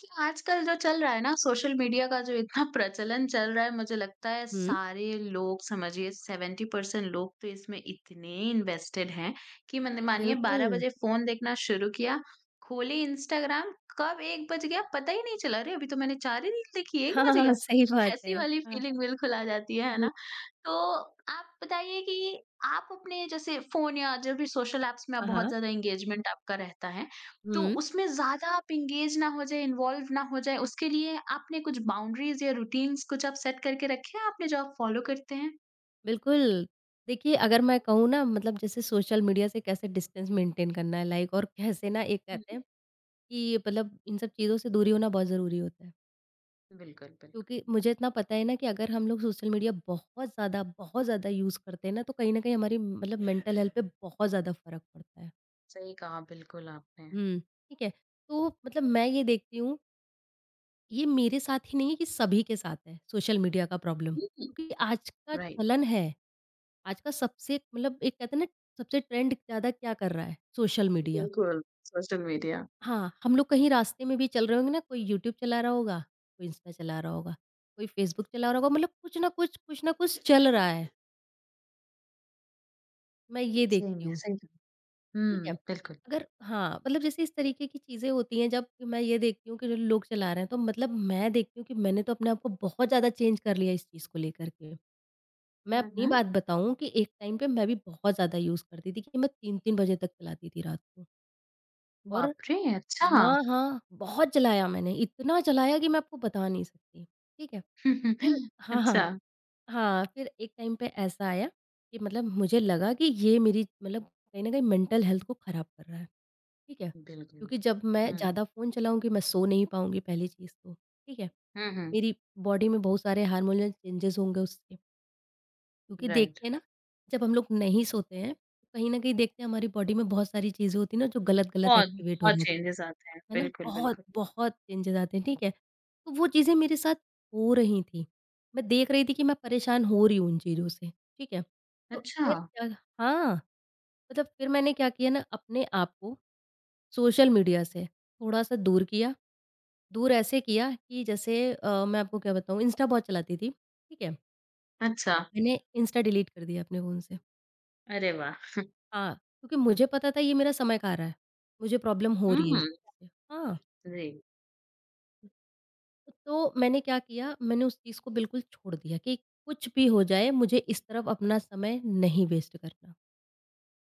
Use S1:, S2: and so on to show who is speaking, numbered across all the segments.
S1: कि आजकल जो चल रहा है ना, सोशल मीडिया का जो इतना प्रचलन चल रहा है, मुझे लगता है
S2: हुँ,
S1: सारे लोग समझिए 70% परसेंट लोग तो इसमें इतने इन्वेस्टेड हैं कि मैंने मानिए बारह
S2: बिल्कुल।
S1: बजे फोन देखना शुरू किया, खोले इंस्टाग्राम, कब 1 बज गया पता ही नहीं चला। अरे अभी तो मैंने चार ही रील देखी, एक
S2: हाँ, हाँ,
S1: बज
S2: हाँ,
S1: गया
S2: सही बात
S1: ऐसी
S2: है।
S1: वाली
S2: हाँ,
S1: फीलिंग बिल्कुल आ जाती है
S2: हुँ,
S1: ना। तो आप बताइए कि आप अपने जैसे फ़ोन या जो भी सोशल ऐप्स में आप
S2: हाँ,
S1: बहुत
S2: हाँ।
S1: ज़्यादा एंगेजमेंट आपका रहता है, तो
S2: हुँ,
S1: उसमें ज़्यादा आप एंगेज ना हो जाएँ, इन्वॉल्व ना हो जाएँ, उसके लिए आपने कुछ बाउंड्रीज़ या रूटीन्स कुछ आप सेट करके रखे हैं आपने जो आप फ़ॉलो करते हैं?
S2: बिल्कुल। देखिए, अगर मैं कहूँ ना मतलब जैसे सोशल मीडिया से कैसे डिस्टेंस मेंटेन करना है लाइक और कैसे ना एक
S1: हुँ,
S2: कहते
S1: हुँ।
S2: हैं कि मतलब इन सब चीज़ों से दूरी होना बहुत ज़रूरी होता है।
S1: बिल्कुल, बिल्कुल।
S2: क्योंकि मुझे इतना पता है ना कि अगर हम लोग सोशल मीडिया बहुत ज़्यादा यूज़ करते हैं ना, तो कहीं न कहीं हमारी मतलब मेंटल हेल्थ पे बहुत ज़्यादा फ़र्क पड़ता है।
S1: सही कहा बिल्कुल आपने।
S2: हुँ, ठीक है? तो मतलब मैं ये देखती हूँ ये मेरे साथ ही नहीं है, ये सभी के साथ है सोशल मीडिया का प्रॉब्लम।
S1: हुँ।
S2: क्योंकि आज का
S1: राइट,
S2: चलन है, आज का सबसे मतलब एक कहते हैं ना सबसे ट्रेंड ज़्यादा क्या कर रहा है? Social media.
S1: बिल्कुल, सोशल मीडिया।
S2: हाँ, हम लोग कहीं रास्ते में भी चल रहे होंगे ना, कोई यूट्यूब चला रहा होगा, कोई इंस्टा चला रहा होगा, कोई फेसबुक चला रहा होगा, मतलब कुछ ना कुछ चल रहा है। मैं ये
S1: सही
S2: देखती
S1: में,
S2: हूँ।
S1: सही कहा।
S2: ठीक
S1: हुँ,
S2: है।
S1: बिल्कुल।
S2: अगर हाँ, मतलब जैसे इस तरीके की चीज़ें होती हैं जब मैं ये देखती हूँ कि जो लोग चला रहे हैं तो मतलब मैं देखती हूँ कि मैंने तो अपने आप को बहुत ज़्यादा चेंज कर लिया इस चीज़ को लेकर के। मैं
S1: हुँ,
S2: अपनी
S1: हुँ।
S2: बात बताऊँ कि एक टाइम पे मैं भी बहुत ज़्यादा यूज़ करती थी कि मैं 3-3 बजे तक चलाती थी रात को और
S1: बाप रे! अच्छा।
S2: हाँ, हाँ, बहुत चलाया मैंने, इतना चलाया कि मैं आपको बता नहीं सकती, ठीक है। फिर हाँ, हाँ,
S1: अच्छा।
S2: हाँ, फिर एक टाइम पे ऐसा आया कि मतलब मुझे लगा कि ये मेरी मतलब कहीं न कहीं मेंटल हेल्थ को खराब कर रहा है। ठीक है?
S1: बिल्कुल।
S2: क्योंकि जब मैं
S1: हुँ।
S2: ज़्यादा फ़ोन चलाऊँगी मैं सो नहीं पाऊँगी पहली चीज़ तो, ठीक है?
S1: हुँ, हुँ।
S2: मेरी बॉडी में बहुत सारे हार्मोनल चेंजेज़ होंगे उससे क्योंकि
S1: राइट।
S2: देखते हैं ना, जब हम लोग नहीं सोते हैं, तो कहीं न कहीं देखते हैं हमारी बॉडी में बहुत सारी चीज़ें होती हैं ना जो गलत-गलत
S1: बहुत,
S2: एक्टिवेट हो
S1: बहुत
S2: जाती
S1: चेंजेस आते हैं।
S2: हैं, है ना?
S1: बिल्कुल,
S2: बहुत,
S1: बिल्कुल।
S2: बहुत चेंजेज़ आते हैं, ठीक है? तो वो चीज़ें मेरे साथ हो रही थी। मैं देख रही थी कि मैं परेशान हो रही हूँ उन चीज़ों से, ठीक है? तो
S1: अच्छा,
S2: फिर क्या हाँ, मतलब फिर मैंने क्या किया ना अपने आप को सोशल मीडिया से थोड़ा-सा दूर किया। दूर ऐसे किया कि जैसे मैं आपको क्या बताऊँ इंस्टा बहुत चलाती थी, ठीक है?
S1: अच्छा।
S2: मैंने इंस्टा डिलीट कर दिया अपने फ़ोन से।
S1: अरे वाह!
S2: हाँ, क्योंकि मुझे पता था ये मेरा समय खा रहा है, मुझे प्रॉब्लम हो रही है
S1: हुँ,
S2: इससे। हाँ,
S1: जी।
S2: तो मैंने क्या किया मैंने उस चीज़ को बिल्कुल छोड़ दिया कि कुछ भी हो जाए मुझे इस तरफ अपना समय नहीं वेस्ट करना।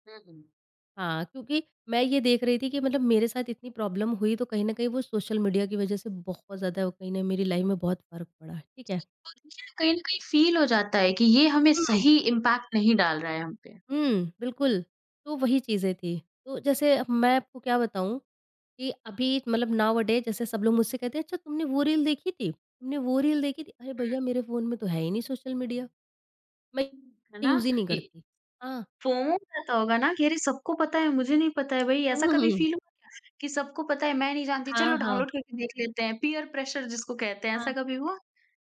S1: हुँ, हुँ।
S2: हाँ, क्योंकि मैं ये देख रही थी कि मतलब मेरे साथ इतनी प्रॉब्लम हुई तो कहीं न कहीं वो सोशल मीडिया की वज़ह से बहुत ज़्यादा कहीं न मेरी लाइफ़ में बहुत फ़र्क पड़ा, ठीक है।
S1: कहीं न कहीं फ़ील हो जाता है कि ये हमें
S2: हुँ।
S1: सही इम्पैक्ट नहीं डाल रहा है हम पे,
S2: हुँ, बिल्कुल, तो वही चीज़ें थी। तो जैसे अब मैं आपको क्या बताऊँ कि अभी मतलब नाउ अ डे जैसे सब लोग मुझसे कहते हैं, "अच्छा तुमने वो रील देखी थी? तुमने वो रील देखी थी?" अरे भैया मेरे फ़ोन में तो है ही नहीं सोशल मीडिया, मैं
S1: है ना?
S2: यूज़ ही नहीं
S1: ये
S2: करती। हाँ।
S1: FOMO रहता होगा ना कि अरे सबको पता है, मुझे नहीं पता है भाई, ऐसा
S2: हुँ,
S1: कभी
S2: हुँ।
S1: फ़ील हुआ क्या कि सबको पता है, मैं नहीं जानती,
S2: हाँ,
S1: चलो
S2: हाँ,
S1: डाउनलोड करके देख लेते हैं, पीयर प्रेशर जिसको कहते हैं,
S2: हाँ।
S1: ऐसा कभी हुआ?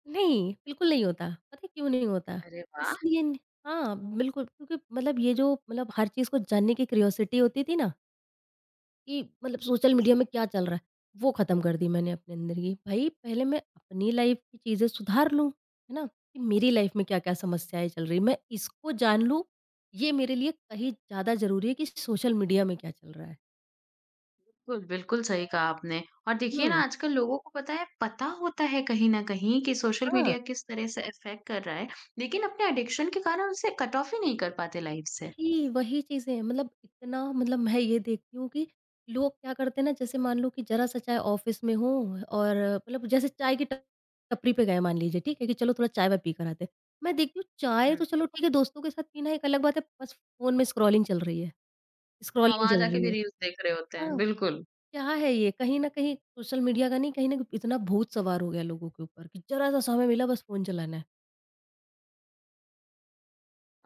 S2: नहीं, बिल्कुल नहीं होता। पता है क्यों नहीं होता?
S1: अरे वाह!
S2: इसलिए न हाँ, बिल्कुल क्योंकि मतलब ये जो मतलब हर चीज़ को जानने की क्यूरियोसिटी होती थी ना कि मतलब सोशल
S1: जी,
S2: मीडिया में
S1: जी।
S2: क्या चल रहा है, वो ख़त्म कर दी मैंने अपने अंदर की। भई पहले मैं अपनी लाइफ़ की चीज़ें सुधार लूँ, है ना? कि मेरी लाइफ़ में क्या-क्या समस्याएँ चल रही हैं, मैं इसको जान लूँ, ये मेरे लिए कहीं ज़्यादा ज़रूरी है कि सोशल मीडिया में क्या चल रहा है।
S1: बिल्कुल, बिल्कुल सही कहा आपने। और देखिए ना
S2: हुँ,
S1: आजकल लोगों को पता है, पता होता है कहीं न कहीं कि सोशल
S2: हाँ।
S1: मीडिया किस तरह से इफ़ेक्ट कर रहा है, लेकिन अपने एडिक्शन के कारण उसे कट ऑफ ही नहीं कर पाते लाइफ़ से।
S2: वही, वही चीज़ें मतलब इतना मतलब मैं ये देखती हूँ कि लोग क्या करते हैं ना जैसे मान लो कि ज़रा-सा चाहे ऑफ़िस में हो और मतलब जैसे चाय की टपरी पे गए मान लीजिए ठीक है कि चलो थोड़ा चाय-वाय पी कर आते हैं। मैं देखती हूँ चाय
S1: हुँ।
S2: तो चलो ठीक है दोस्तों के साथ पीना एक अलग बात है बस फ़ोन में स्क्रॉलिंग चल रही है,
S1: हाँ,
S2: स्क्रॉलिंग
S1: वहाँ
S2: चल
S1: जाके
S2: रही
S1: भी
S2: है।
S1: रील्स देख रहे होते हैं,
S2: हाँ,
S1: बिल्कुल।
S2: क्या है ये? कहीं न कहीं सोशल मीडिया का नहीं कहीं न कहीं इतना भूत सवार हो गया है लोगों के ऊपर कि ज़रा-सा समय मिला बस फ़ोन चलाना है।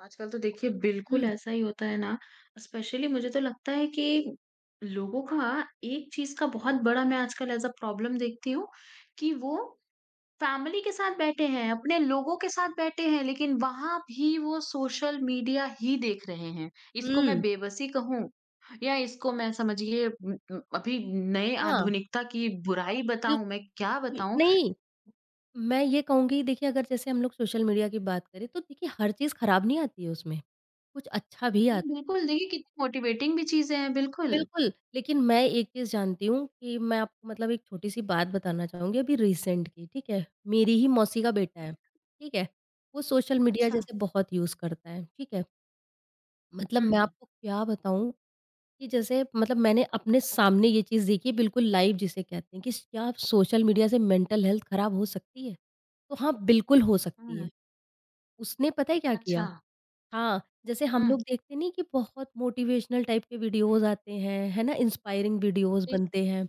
S1: आजकल तो देखिए बिल्कुल
S2: हुँ,
S1: ऐसा ही होता है ना। स्पेशली मुझे तो लगता है कि लोगों का एक चीज़ का बहुत बड़ा, मैं आजकल एज़ अ प्रॉब्लम देखती हूँ कि वो फैमिली के साथ बैठे हैं, अपने लोगों के साथ बैठे हैं, लेकिन वहाँ भी वो सोशल मीडिया ही देख रहे हैं। इसको मैं
S2: हुँ।
S1: बेबसी कहूँ या इसको मैं समझिए अभी नए
S2: हाँ,
S1: आधुनिकता की बुराई बताऊँ, मैं क्या
S2: बिल्कुल।
S1: बताऊँ?
S2: नहीं, मैं ये कहूँगी देखिए अगर जैसे हम लोग सोशल मीडिया की बात करें तो देखिए हर चीज़ खराब नहीं आती है उसमें, कुछ अच्छा भी
S1: हाँ,
S2: आता है।
S1: बिल्कुल देखिए कितनी मोटिवेटिंग भी चीज़ें हैं, बिल्कुल।
S2: बिल्कुल, लेकिन मैं एक चीज़ जानती हूँ कि मैं आपको मतलब एक छोटी-सी बात बताना चाहूँगी अभी रिसेंट की, ठीक है? मेरी ही मौसी का बेटा है, ठीक है? वो सोशल मीडिया
S1: अच्छा,
S2: जैसे बहुत यूज़ करता है, ठीक है? मतलब
S1: हुँ,
S2: मैं
S1: हुँ,
S2: आपको क्या बताऊँ कि जैसे मतलब मैंने अपने सामने ये चीज़ देखी है बिल्कुल लाइव जिसे कहते हैं कि क्या सोशल मीडिया से मेंटल हेल्थ खराब हो सकती है? तो हाँ, बिल्कुल हो सकती है।
S1: हुँ,
S2: उसने पता है क्या
S1: अच्छा,
S2: किया? हाँ, जैसे हम
S1: हुँ,
S2: लोग देखते नहीं कि बहुत मोटिवेशनल टाइप के वीडियोज़ आते हैं, है ना? इंस्पायरिंग वीडियोज़
S1: जी,
S2: बनते हैं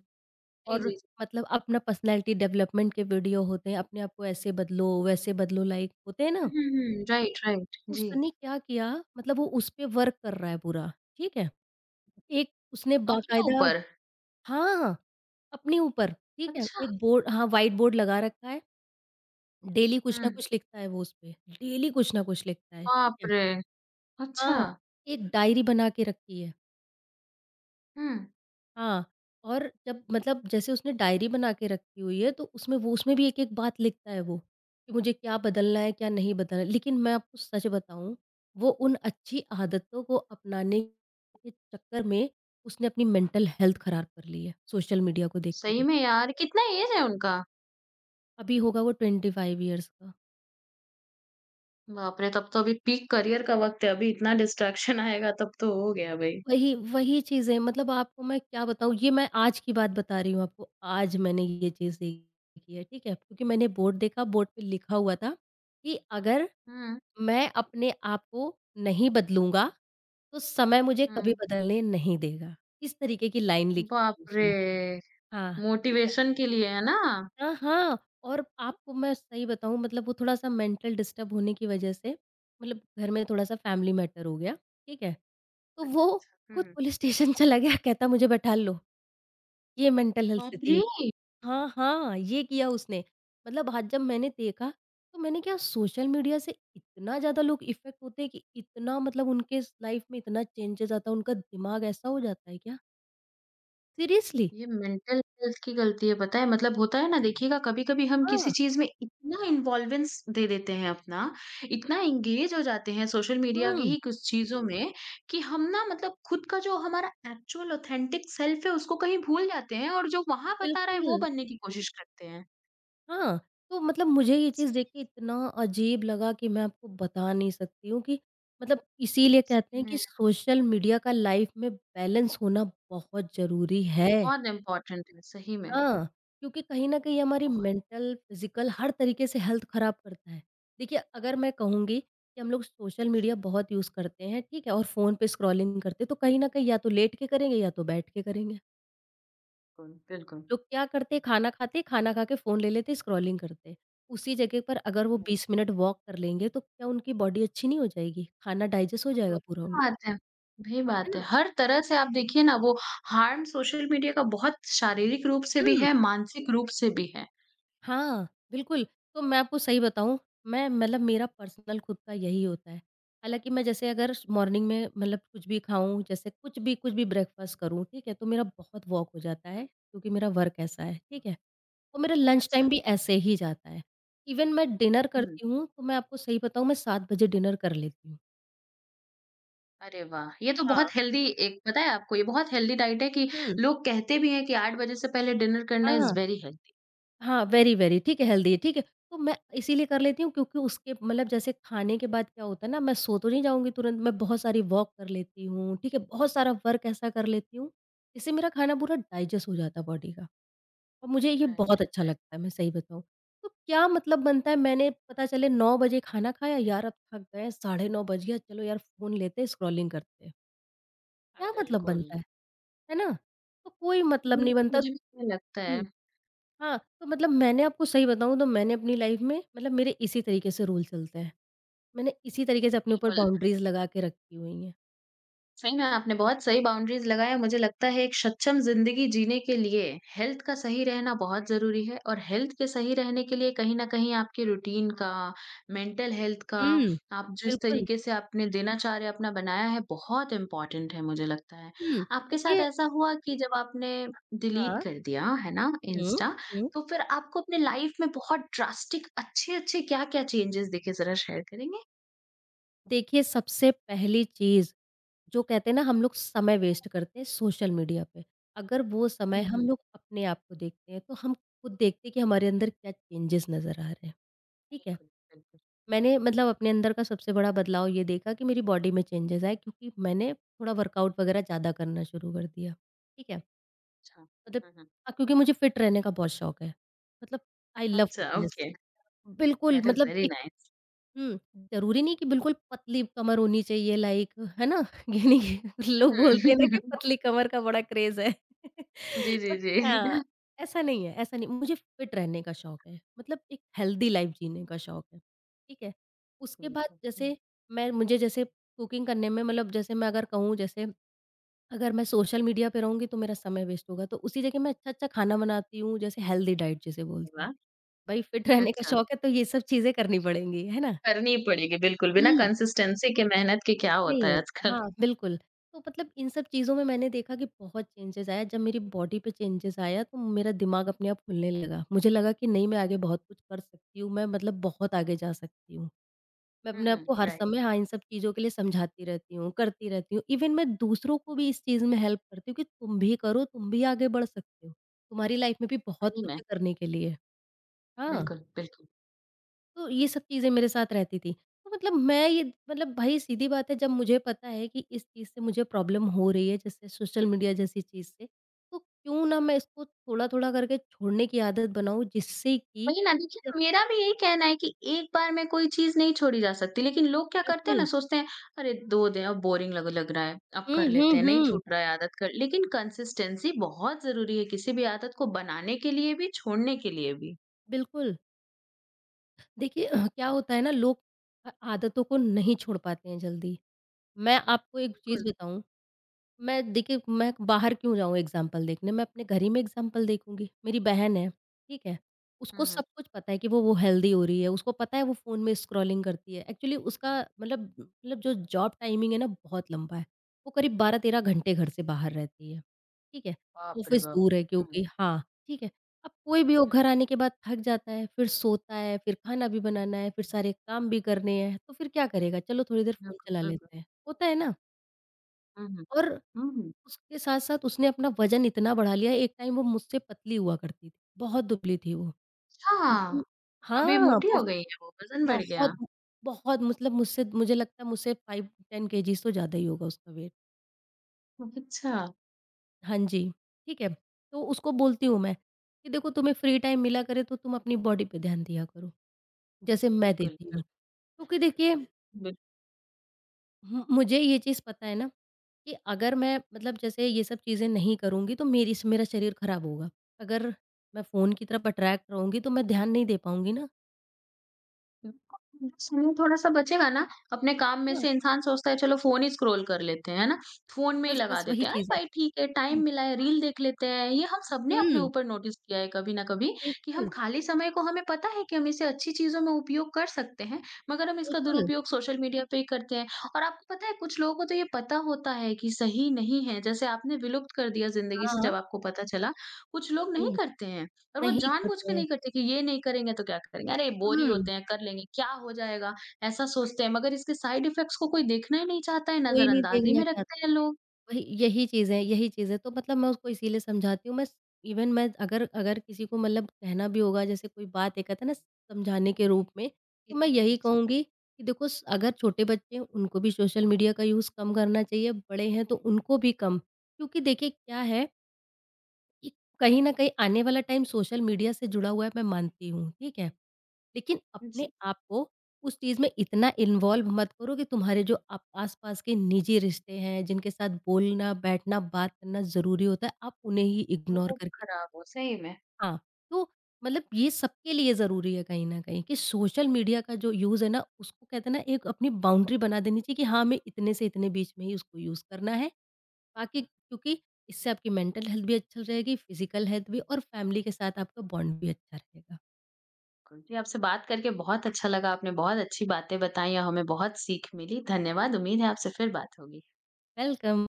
S1: जी,
S2: और
S1: जी, जी।
S2: मतलब अपना पर्सनैलिटी डेवलपमेंट के वीडियो होते हैं, अपने आप को ऐसे बदलो, वैसे बदलो लाइक होते हैं ना?
S1: हुँ, हुँ, हुँ, राइट, राइट, जी।
S2: उसने क्या किया मतलब वो उस पे वर्क कर रहा है पूरा, ठीक है? एक उसने
S1: अपने
S2: बाकायदा
S1: ऊपर?
S2: हाँ, अपने ऊपर, ठीक है?
S1: अच्छा,
S2: एक बोर्ड हाँ, व्हाइट बोर्ड लगा रखा है, डेली कुछ ना
S1: हुँ,
S2: कुछ लिखता है वो उस पे, डेली कुछ ना कुछ लिखता है, ठीक
S1: बाप
S2: है?
S1: रे! अच्छा,
S2: हाँ, एक डायरी बना के रखी है।
S1: हुँ।
S2: हाँ, और जब मतलब जैसे उसने डायरी बना के रखी हुई है, तो उसमें वो उसमें भी एक-एक बात लिखता है वो, कि मुझे क्या बदलना है, क्या नहीं बदलना है। लेकिन मैं आपको सच बताऊँ, वो उन अच्छी आदतों को अपनाने के चक्कर में उसने अपनी मेंटल हेल्थ खराब कर ली है, सोशल मीडिया को
S1: सही
S2: देखते-देखते।
S1: में यार, कितना एज है उनका?
S2: अभी होगा वो 25 ईयर्स का।
S1: बाप रे! तब तो अभी पीक करियर का वक़्त है, अभी इतना डिस्ट्रैक्शन आएगा तब तो हो गया भई।
S2: वही, वही चीज़ है मतलब आपको मैं क्या बताऊँ ये मैं आज की बात बता रही हूँ आपको, आज मैंने ये चीज़ देखी है, ठीक है? क्योंकि मैंने बोर्ड देखा बोर्ड पे लिखा हुआ था कि अगर
S1: हुँ,
S2: मैं अपने आप को नहीं बदलूँगा, तो समय मुझे कभी
S1: हुँ।
S2: बदलने नहीं देगा। इस तरीके की लाइन लिखी
S1: बाप
S2: थी
S1: रे!
S2: उसमें। हाँ।
S1: मोटिवेशन के लिए है ना?
S2: हाँ, हाँ, और आपको मैं सही बताऊँ मतलब वो थोड़ा-सा मेंटल डिस्टर्ब होने की वजह से मतलब घर में थोड़ा-सा फैमिली मैटर हो गया, ठीक है? तो
S1: अच्छा,
S2: वो
S1: अच्छा। हुँ,
S2: खुद
S1: हुँ।
S2: पुलिस स्टेशन चला गया कहता मुझे बैठा लो, ये मेंटल हेल्थ
S1: बाप
S2: स्थिति
S1: रे!
S2: है। हाँ, हाँ, ये किया उसने। मतलब आज जब मैंने देखा तो मैंने क्या सोशल मीडिया से इतना ज़्यादा लोग इफ़ेक्ट होते हैं कि इतना मतलब उनके स लाइफ में इतना चेंजेज़ आता है, उनका दिमाग ऐसा हो जाता है क्या? सीरियसली!
S1: ये मेंटल हेल्थ की गलती है, पता है? मतलब होता है ना, देखिएगा कभी-कभी हम
S2: हाँ,
S1: किसी चीज़ में इतना इन्वॉल्वेंस दे देते हैं अपना, इतना एंगेज हो जाते हैं सोशल मीडिया की
S2: हुँ,
S1: ही कुछ चीज़ों में कि हम ना मतलब खुद का जो हमारा एक्चुअल ऑथेंटिक सेल्फ है उसको कहीं भूल जाते हैं और जो वहाँ बता रहा है वो
S2: बिल्कुल।
S1: बनने की कोशिश करते हैं।
S2: हाँ, तो मतलब मुझे ये चीज़
S1: सच
S2: देख के इतना अजीब लगा कि मैं आपको बता नहीं सकती हूँ कि मतलब इसीलिए कहते हैं कि
S1: में
S2: सोशल मीडिया का लाइफ में बैलेंस होना बहुत ज़रूरी है।
S1: बहुत इम्पोर्टेंट है, सही में
S2: हाँ, क्योंकि कहीं न कहीं हमारी
S1: बहुत
S2: मेंटल, फिज़िकल हर तरीके से हेल्थ ख़राब करता है। देखिए, अगर मैं कहूँगी कि हम लोग सोशल मीडिया बहुत यूज़ करते हैं, ठीक है? और फ़ोन पे स्क्रॉलिंग करते हैं, तो कहीं न कहीं या तो लेट के करेंगे या तो बैठ के करेंगे।
S1: बिल्कुल, बिल्कुल।
S2: लोग क्या करते, खाना खाते, खाना खा के फ़ोन ले लेते, स्क्रॉलिंग करते। उसी जगह पर अगर वो 20 मिनट वॉक कर लेंगे, तो क्या उनकी बॉडी अच्छी नहीं हो जाएगी? खाना डाइजेस्ट हो
S1: वो
S2: जाएगा पूरा उनका,
S1: बात है। वही
S2: है
S1: बात है।
S2: ना?
S1: हर तरह से आप देखिए ना वो हार्म सोशल मीडिया का बहुत शारीरिक रूप से भी
S2: हुँ,
S1: है, मानसिक रूप से भी है।
S2: हाँ, बिल्कुल। तो मैं आपको सही बताऊँ, मैं मतलब मेरा पर्सनल खुद का यही होता है। हालाँकि मैं जैसे अगर मॉर्निंग में मतलब कुछ भी खाऊँ, जैसे कुछ भी ब्रेकफ़ास्ट करूँ, ठीक है? तो मेरा बहुत वॉक हो जाता
S1: हुँ,
S2: है, क्योंकि मेरा वर्क ऐसा है, ठीक है? और मेरा लंच टाइम
S1: अच्छा।
S2: भी ऐसे ही जाता है। इवन मैं डिनर
S1: हुँ।
S2: करती हूँ, तो मैं आपको सही बताऊँ मैं 7 बजे डिनर कर लेती हूँ।
S1: अरे वाह! ये तो
S2: हाँ।
S1: बहुत हेल्दी, एक पता है आपको ये बहुत हेल्दी डाइट है कि
S2: हुँ।
S1: लोग कहते भी हैं कि 8 बजे से पहले डिनर करना इज़
S2: हाँ।
S1: Very healthy.
S2: हाँ, वेरी, वेरी ठीक है, हेल्दी ठीक है। तो मैं इसीलिए कर लेती हूँ क्योंकि उसके मतलब जैसे खाने के बाद क्या होता है ना, मैं सो तो नहीं जाऊँगी तुरंत, मैं बहुत सारी वॉक कर लेती हूँ, ठीक है? बहुत सारा वर्क ऐसा कर लेती हूँ, इससे मेरा खाना पूरा डाइजेस्ट हो जाता है बॉडी का और मुझे ये
S1: राइट,
S2: बहुत अच्छा
S1: राइट।
S2: लगता है, मैं सही बताऊँ। तो क्या मतलब बनता है मैंने पता चले 9 बजे खाना खाया, यार अब थक गए हैं, साढ़े 9 बज गया, चलो यार फ़ोन लेते हैं, स्क्रॉलिंग करते हैं।
S1: अ,
S2: क्या मतलब
S1: बिल्कुल।
S2: बनता है? है ना? तो कोई मतलब
S1: बिल्कुल,
S2: नहीं बनता।
S1: मुझे भी ऐसा लगता
S2: हुँ।
S1: है।
S2: हाँ, तो मैंने आपको सही बताऊँ तो मैंने अपनी लाइफ़ में मेरे इसी तरीके से रूल चलते हैं। मैंने इसी तरीके से अपने ऊपर
S1: बिल्कुल।
S2: बाउंड्रीज़ लगा के रखी हुई हैं।
S1: सही में आपने बहुत सही बाउंड्रीज़ लगाया। मुझे लगता है एक सक्षम ज़िंदगी जीने के लिए हेल्थ का सही रहना बहुत ज़रूरी है और हेल्थ के सही रहने के लिए कहीं न कहीं आपके रूटीन का, मेंटल हेल्थ का,
S2: हुँ।
S1: आप जिस
S2: बिल्कुल,
S1: तरीके से आपने दिनचर्या अपना बनाया है, बहुत इम्पोर्टेंट है मुझे लगता है।
S2: हुँ।
S1: आपके साथ
S2: देखिए
S1: ऐसा हुआ कि जब आपने डिलीट
S2: हाँ।
S1: कर दिया, है ना,
S2: हुँ,
S1: इंस्टा,
S2: हुँ।
S1: तो फिर आपको अपनी लाइफ़ में बहुत ड्रास्टिक अच्छे-अच्छे क्या-क्या चेंजेज़ दिखे, ज़रा शेयर करेंगे?
S2: देखिए सबसे पहली चीज़, जो कहते हैं ना हम लोग समय वेस्ट करते हैं सोशल मीडिया पे। अगर वो समय
S1: हुँ,
S2: हम
S1: हुँ।
S2: लोग अपने आप को देखते हैं, तो हम खुद देखते हैं कि हमारे अंदर क्या चेंजेज़ नज़र आ रहे हैं, ठीक है?
S1: बिल्कुल, बिल्कुल।
S2: मैंने मतलब अपने अंदर का सबसे बड़ा बदलाव ये देखा कि मेरी बॉडी में चेंजेस आए क्योंकि मैंने थोड़ा वर्कआउट वगैरह ज़्यादा करना शुरू कर दिया, ठीक है?
S1: अच्छा।
S2: मतलब
S1: हुँ, हुँ।
S2: क्योंकि मुझे फिट रहने का बहुत शौक है। मतलब आई लव
S1: अच्छा,
S2: फिटनेस
S1: ओके,
S2: बिल्कुल
S1: दैट इज़
S2: मतलब
S1: वेरी
S2: एक
S1: नाइस।
S2: हुँ, ज़रूरी नहीं कि बिल्कुल पतली कमर होनी चाहिए लाइक है ना? यानी कि लोग बोलते
S1: हुँ,
S2: हैं ना कि
S1: हुँ।
S2: पतली कमर का बड़ा क्रेज़ है।
S1: जी, जी,
S2: बट
S1: जी।
S2: हाँ, ऐसा नहीं है ऐसा नहीं मुझे फिट रहने का शौक है, मतलब एक हेल्दी लाइफ़ जीने का शौक है, ठीक है? उसके बाद
S1: बिल्कुल। हुँ। अरे
S2: जैसे मैं मुझे जैसे कुकिंग करने में मतलब जैसे मैं अगर कहूँ जैसे अगर मैं सोशल मीडिया पे रहूँगी तो मेरा समय वेस्ट होगा, तो उसी जगह मैं अच्छा-अच्छा खाना बनाती हूँ जैसे हेल्दी डाइट जिसे बोलते हैं।
S1: वाह!
S2: भाई फिट रहने का
S1: अच्छा,
S2: शौक है तो ये सब चीज़ें करनी पड़ेंगी, है
S1: करनी ही पड़ेगी बिल्कुल, बिना
S2: ना?
S1: कंसिस्टेंसी के मेहनत के क्या होता
S2: नहीं
S1: है
S2: होता,
S1: आजकल।
S2: हाँ, बिल्कुल। तो मतलब इन सब चीज़ों में मैंने देखा कि बहुत चेंजेज़ आया, जब मेरी बॉडी पे चेंजेज़ आया तो मेरा दिमाग अपने आप खुलने लगा। मुझे लगा कि नहीं मैं आगे बहुत कुछ कर सकती हूँ, मैं बहुत आगे जा सकती हूँ। मैं
S1: हुँ,
S2: अपने आप
S1: हुँ,
S2: को हर
S1: राइट,
S2: समय हाँ, इन सब चीज़ों के लिए समझाती रहती हूँ, करती रहती हूँ। इवन मैं दूसरों को भी इस चीज़ में हेल्प करती हूँ कि तुम भी करो, तुम भी आगे बढ़ सकते हो। तुम्हारी लाइफ में भी बहुत
S1: सही
S2: कुछ
S1: में,
S2: है करने के लिए। हाँ।
S1: बिल्कुल, बिल्कुल।
S2: तो ये सब चीज़ें मेरे साथ रहती थी। तो मतलब मैं ये मतलब भाई सीधी बात है जब मुझे पता है कि इस चीज़ से मुझे प्रॉब्लम हो रही है जैसे सोशल मीडिया जैसी चीज़ से, तो क्यों ना मैं इसको थोड़ा-थोड़ा करके छोड़ने की आदत बनाऊँ जिससे कि
S1: वही ना,
S2: मतलब
S1: देखिए मेरा भी यही कहना है कि एक बार में कोई चीज़ नहीं छोड़ी जा सकती, लेकिन लोग क्या करते हैं ना,
S2: बिल्कुल।
S1: सोचते हैं, "अरे, 2 दिन अब बोरिंग लग लग रहा है, अब
S2: हुँ,
S1: कर
S2: हुँ,
S1: लेते हैं, नहीं
S2: हुँ।
S1: छूट रहा है आदत कर", लेकिन कंसिस्टेंसी बहुत ज़रूरी है किसी भी आदत को बनाने के लिए भी, छोड़ने के लिए भी।
S2: बिल्कुल। देखिए क्या होता है ना लोग आदतों को नहीं छोड़ पाते हैं जल्दी। मैं आपको एक चीज़
S1: बिल्कुल।
S2: बताऊँ मैं देखिए, मैं बाहर क्यों जाऊँ एग्ज़ाम्पल देखने, मैं अपने घर ही में एग्ज़ाम्पल देखूँगी। मेरी बहन है, ठीक है? उसको
S1: हुँ, हुँ।
S2: सब कुछ पता है कि वो हेल्दी हो रही है, उसको पता है वो फ़ोन में स्क्रॉलिंग करती है। एक्चुअली उसका मतलब जो जॉब टाइमिंग है ना बहुत लंबा है। वो करीब 12-13 घंटे घर से बाहर रहती है, ठीक है?
S1: बापरे
S2: ऑफ़िस
S1: बाप!
S2: दूर है
S1: हुँ।
S2: क्योंकि हाँ, ठीक है। अब कोई भी वो
S1: हुँ,
S2: घर आने के बाद थक जाता है, फिर सोता है, फिर खाना भी बनाना है, फिर सारे काम भी करने हैं, तो फिर क्या करेगा? चलो थोड़ी देर फ़ोन
S1: बिल्कुल,
S2: चला
S1: बिल्कुल।
S2: लेते हैं, होता है ना?
S1: हुँ, हुँ।
S2: और
S1: हुँ,
S2: उसके साथ-साथ उसने अपना वज़न इतना बढ़ा लिया, एक टाइम वो मुझसे पतली हुआ करती थी, बहुत दुबली थी वो।
S1: अच्छा!
S2: लेकिन
S1: अभी
S2: हाँ,
S1: मोटी
S2: बह
S1: हो गई हैं वो, वज़न बढ़ गया?
S2: बहुत बहुत मतलब मुझसे मुझे लगता है मुझसे 5-10 केजीज़ तो ज़्यादा ही होगा उसका वेट।
S1: अच्छा।
S2: हाँ जी, ठीक है। तो उसको बोलती हूँ मैं कि देखो तुम्हें फ्री टाइम मिला करे तो तुम अपनी बॉडी पे ध्यान दिया करो, जैसे मैं
S1: बिल्कुल,
S2: देती हूँ।
S1: बिल्कुल।
S2: क्योंकि देखिए
S1: बिल्कुल।
S2: हुँ, मुझे ये चीज़ पता है ना कि अगर मैं मतलब जैसे ये सब चीज़ें नहीं करूँगी तो मेरी स मेरा शरीर खराब होगा। अगर मैं फ़ोन की तरफ अट्रैक्ट रहूँगी तो मैं ध्यान नहीं दे पाऊँगी ना।
S1: बिल्कुल, जब समय थोड़ा-सा बचेगा ना, अपने काम में
S2: हाँ,
S1: से इंसान सोचता है चलो फ़ोन ही स्क्रॉल कर लेते हैं, है ना? फ़ोन में ही
S2: बस
S1: लगा
S2: बस वही
S1: देते हैं, अरे
S2: चीज़ है।
S1: भाई ठीक है, टाइम
S2: हुँ,
S1: मिला है, रील देख लेते हैं। ये हम सबने अपने
S2: हुँ,
S1: ऊपर नोटिस किया है कभी ना कभी कि हम
S2: बिल्कुल,
S1: खाली समय को हमें पता है कि हम इसे अच्छी चीज़ों में उपयोग कर सकते हैं, मगर हम इसका
S2: बिल्कुल।
S1: दुरुपयोग सोशल मीडिया पे ही करते हैं। और आपको पता है कुछ लोगों को तो ये पता होता है कि सही नहीं है, जैसे आपने विलुप्त कर दिया ज़िंदगी से
S2: हाँ,
S1: जब आपको पता चला, कुछ लोग नहीं
S2: हुँ,
S1: करते हैं। और वो
S2: नहीं
S1: जानबूझ के
S2: करते हैं।
S1: नहीं करते कि ये नहीं करेंगे तो क्या करेंगे? अरे बोर ही
S2: हुँ,
S1: होते हैं, कर लेंगे, क्या हो जाएगा? ऐसा सोचते हैं, मगर इसके साइड इफ़ेक्ट्स को कोई देखना ही नहीं चाहता है,
S2: कोई नहीं
S1: नज़रअंदाज़ी
S2: देखना
S1: में
S2: चाह
S1: रखते हैं लोग।
S2: वही यही चीज़ें तो मतलब मैं उसको इसीलिए समझाती हूँ मैं इवन मैं अगर अगर किसी को मतलब कहना भी होगा जैसे कोई बात एक आता है ना समझाने के रूप में तो
S1: जी,
S2: मैं यही
S1: जी।
S2: कहूँगी कि देखो अगर छोटे बच्चे हैं उनको भी सोशल मीडिया का यूज़ कम करना चाहिए बड़े हैं तो उनको भी कम क्योंकि देखिए क्या है कि कहीं न कहीं आने वाला टाइम सोशल मीडिया से जुड़ा हुआ है, मैं मानती हूँ, ठीक है? लेकिन अपने
S1: जी।
S2: आप को उस चीज़ में इतना इन्वॉल्व मत करो कि तुम्हारे जो आप आस-पास के निजी रिश्ते हैं, जिनके साथ बोलना, बैठना, बात करना ज़रूरी होता है, आप उन्हें ही इग्नोर
S1: वो
S2: करके
S1: खराब हो सही में।
S2: हाँ, तो मतलब ये सबके लिए ज़रूरी है कहीं न कहीं कि सोशल मीडिया का जो यूज़ है ना, उसको कहते हैं ना, एक अपनी बाउंड्री बना देनी चाहिए कि हाँ, हमें इतने से इतने बीच में ही उसको यूज़ करना है। बाकी क्योंकि इससे आपकी मेंटल हेल्थ भी अच्छी रहेगी, फिज़िकल हेल्थ भी और फैमिली के साथ आपका बॉन्ड भी अच्छा रहेगा।
S1: बिल्कुल। जी, आपसे बात करके बहुत अच्छा लगा, आपने बहुत अच्छी बातें बताई और हमें बहुत सीख मिली। धन्यवाद, उम्मीद है आपसे फिर बात होगी।
S2: वेलकम।